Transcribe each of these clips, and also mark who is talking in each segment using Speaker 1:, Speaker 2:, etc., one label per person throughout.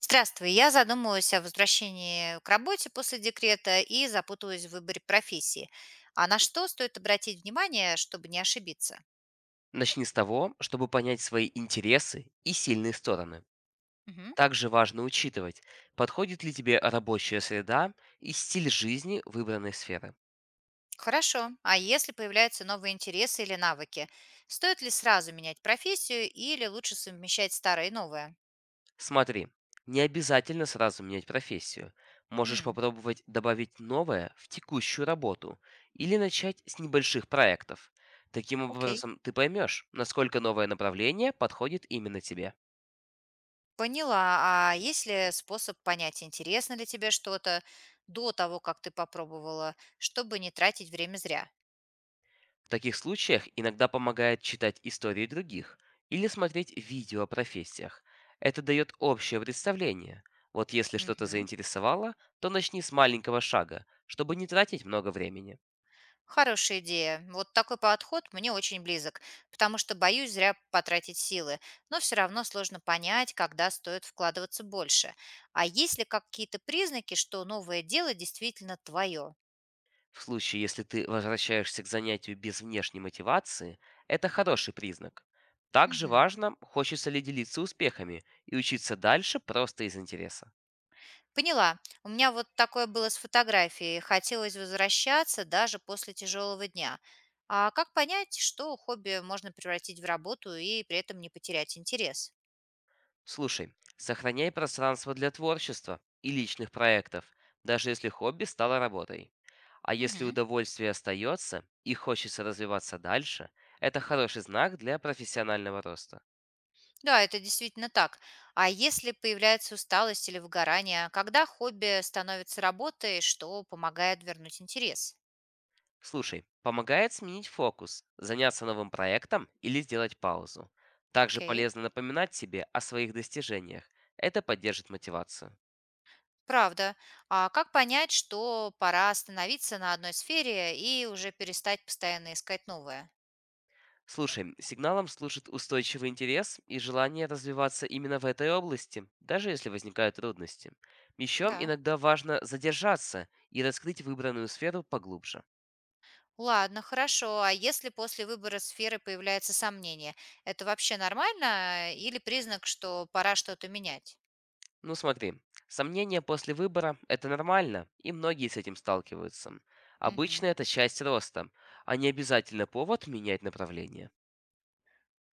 Speaker 1: Здравствуй. Я задумываюсь о возвращении к работе после декрета и запутываюсь в выборе профессии. А на что стоит обратить внимание, чтобы не ошибиться?
Speaker 2: Начни с того, чтобы понять свои интересы и сильные стороны.
Speaker 1: Мгм.
Speaker 2: Также важно учитывать, подходит ли тебе рабочая среда и стиль жизни выбранной сферы.
Speaker 1: Хорошо. А если появляются новые интересы или навыки, стоит ли сразу менять профессию или лучше совмещать старое и новое?
Speaker 2: Смотри, не обязательно сразу менять профессию. Можешь
Speaker 1: М.
Speaker 2: попробовать добавить новое в текущую работу или начать с небольших проектов. Таким
Speaker 1: Окей.
Speaker 2: образом, ты поймешь, насколько новое направление подходит именно тебе.
Speaker 1: Поняла. А есть ли способ понять, интересно ли тебе что-то до того, как ты попробовала, чтобы не тратить время зря?
Speaker 2: В таких случаях иногда помогает читать истории других или смотреть видео о профессиях. Это дает общее представление. Вот если что-то
Speaker 1: Мгм.
Speaker 2: заинтересовало, то начни с маленького шага, чтобы не тратить много времени.
Speaker 1: Хорошая идея. Вот такой подход мне очень близок, потому что боюсь зря потратить силы, но все равно сложно понять, когда стоит вкладываться больше. А есть ли какие-то признаки, что новое дело действительно твое?
Speaker 2: В случае, если ты возвращаешься к занятию без внешней мотивации, это хороший признак. Также
Speaker 1: Мгм.
Speaker 2: важно, хочется ли делиться успехами и учиться дальше просто из интереса.
Speaker 1: Поняла. У меня вот такое было с фотографией. Хотелось возвращаться даже после тяжелого дня. А как понять, что хобби можно превратить в работу и при этом не потерять интерес?
Speaker 2: Слушай, сохраняй пространство для творчества и личных проектов, даже если хобби стало работой. А если
Speaker 1: Мгм.
Speaker 2: удовольствие остается и хочется развиваться дальше, это хороший знак для профессионального роста.
Speaker 1: Да, это действительно так. А если появляется усталость или выгорание, когда хобби становится работой, что помогает вернуть интерес?
Speaker 2: Слушай, помогает сменить фокус, заняться новым проектом или сделать паузу. Также
Speaker 1: Окей.
Speaker 2: полезно напоминать себе о своих достижениях. Это поддержит мотивацию.
Speaker 1: Правда. А как понять, что пора остановиться на одной сфере и уже перестать постоянно искать новое?
Speaker 2: Слушай, сигналом служит устойчивый интерес и желание развиваться именно в этой области, даже если возникают трудности. Еще
Speaker 1: Да.
Speaker 2: иногда важно задержаться и раскрыть выбранную сферу поглубже.
Speaker 1: Ладно, хорошо. А если после выбора сферы появляется сомнение, это вообще нормально или признак, что пора что-то менять?
Speaker 2: Ну смотри, сомнения после выбора– это нормально, и многие с этим сталкиваются. Обычно
Speaker 1: Мгм.
Speaker 2: это часть роста, а не обязательно повод менять направление.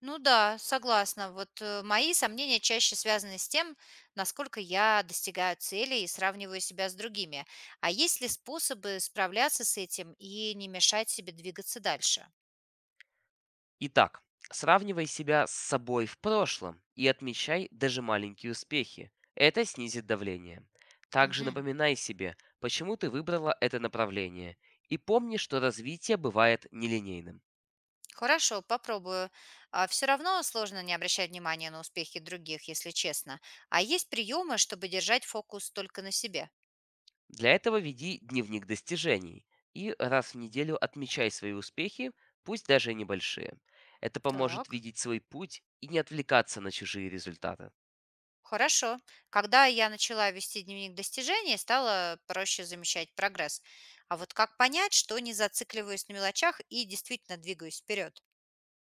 Speaker 1: Ну да, согласна. Вот мои сомнения чаще связаны с тем, насколько я достигаю цели и сравниваю себя с другими. А есть ли способы справляться с этим и не мешать себе двигаться дальше?
Speaker 2: Итак, сравнивай себя с собой в прошлом и отмечай даже маленькие успехи. Это снизит давление. Также
Speaker 1: Мгм.
Speaker 2: напоминай себе, почему ты выбрала это направление, и помни, что развитие бывает нелинейным.
Speaker 1: Хорошо, попробую. Все равно сложно не обращать внимания на успехи других, если честно. А есть приемы, чтобы держать фокус только на себе?
Speaker 2: Для этого веди дневник достижений и раз в неделю отмечай свои успехи, пусть даже и небольшие. Это поможет
Speaker 1: Так.
Speaker 2: видеть свой путь и не отвлекаться на чужие результаты.
Speaker 1: Хорошо. Когда я начала вести дневник достижений, стало проще замечать прогресс. А вот как понять, что не зацикливаюсь на мелочах и действительно двигаюсь вперед?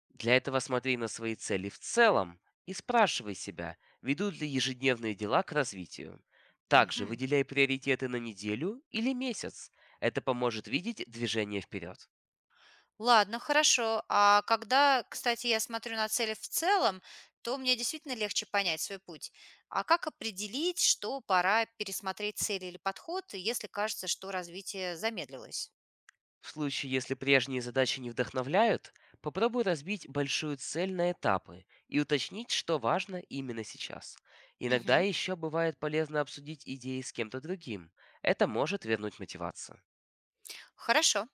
Speaker 2: Для этого смотри на свои цели в целом и спрашивай себя, ведут ли ежедневные дела к развитию. Также
Speaker 1: Мгм.
Speaker 2: выделяй приоритеты на неделю или месяц. Это поможет видеть движение вперед.
Speaker 1: Ладно, хорошо. А когда, кстати, я смотрю на цели в целом, то мне действительно легче понять свой путь. А как определить, что пора пересмотреть цели или подход, если кажется, что развитие замедлилось?
Speaker 2: В случае, если прежние задачи не вдохновляют, попробуй разбить большую цель на этапы и уточнить, что важно именно сейчас. Иногда
Speaker 1: Мгм.
Speaker 2: еще бывает полезно обсудить идеи с кем-то другим. Это может вернуть мотивацию.
Speaker 1: Хорошо.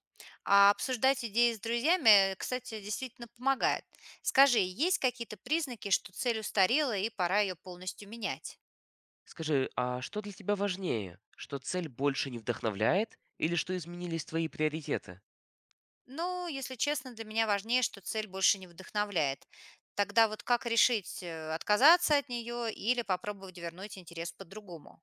Speaker 1: А обсуждать идеи с друзьями, кстати, действительно помогает. Скажи, есть какие-то признаки, что цель устарела и пора ее полностью менять?
Speaker 2: Скажи, а что для тебя важнее? Что цель больше не вдохновляет или что изменились твои приоритеты?
Speaker 1: Ну, если честно, для меня важнее, что цель больше не вдохновляет. Тогда вот как решить, отказаться от нее или попробовать вернуть интерес по-другому?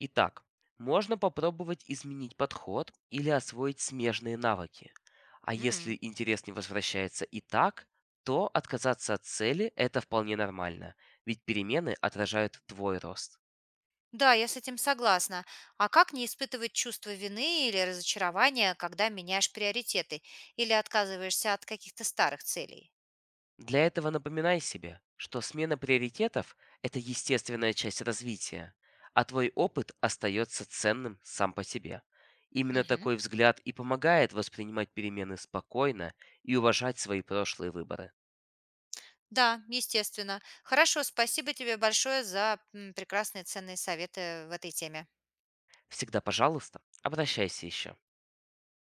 Speaker 2: Итак, можно попробовать изменить подход или освоить смежные навыки. А
Speaker 1: М.
Speaker 2: если интерес не возвращается и так, то отказаться от цели– это вполне нормально, ведь перемены отражают твой рост.
Speaker 1: Да, я с этим согласна. А как не испытывать чувство вины или разочарования, когда меняешь приоритеты или отказываешься от каких-то старых целей?
Speaker 2: Для этого напоминай себе, что смена приоритетов– это естественная часть развития, а твой опыт остается ценным сам по себе. Именно
Speaker 1: Мгм.
Speaker 2: такой взгляд и помогает воспринимать перемены спокойно и уважать свои прошлые выборы.
Speaker 1: Да, естественно. Хорошо, спасибо тебе большое за прекрасные ценные советы в этой теме.
Speaker 2: Всегда, пожалуйста, обращайся еще.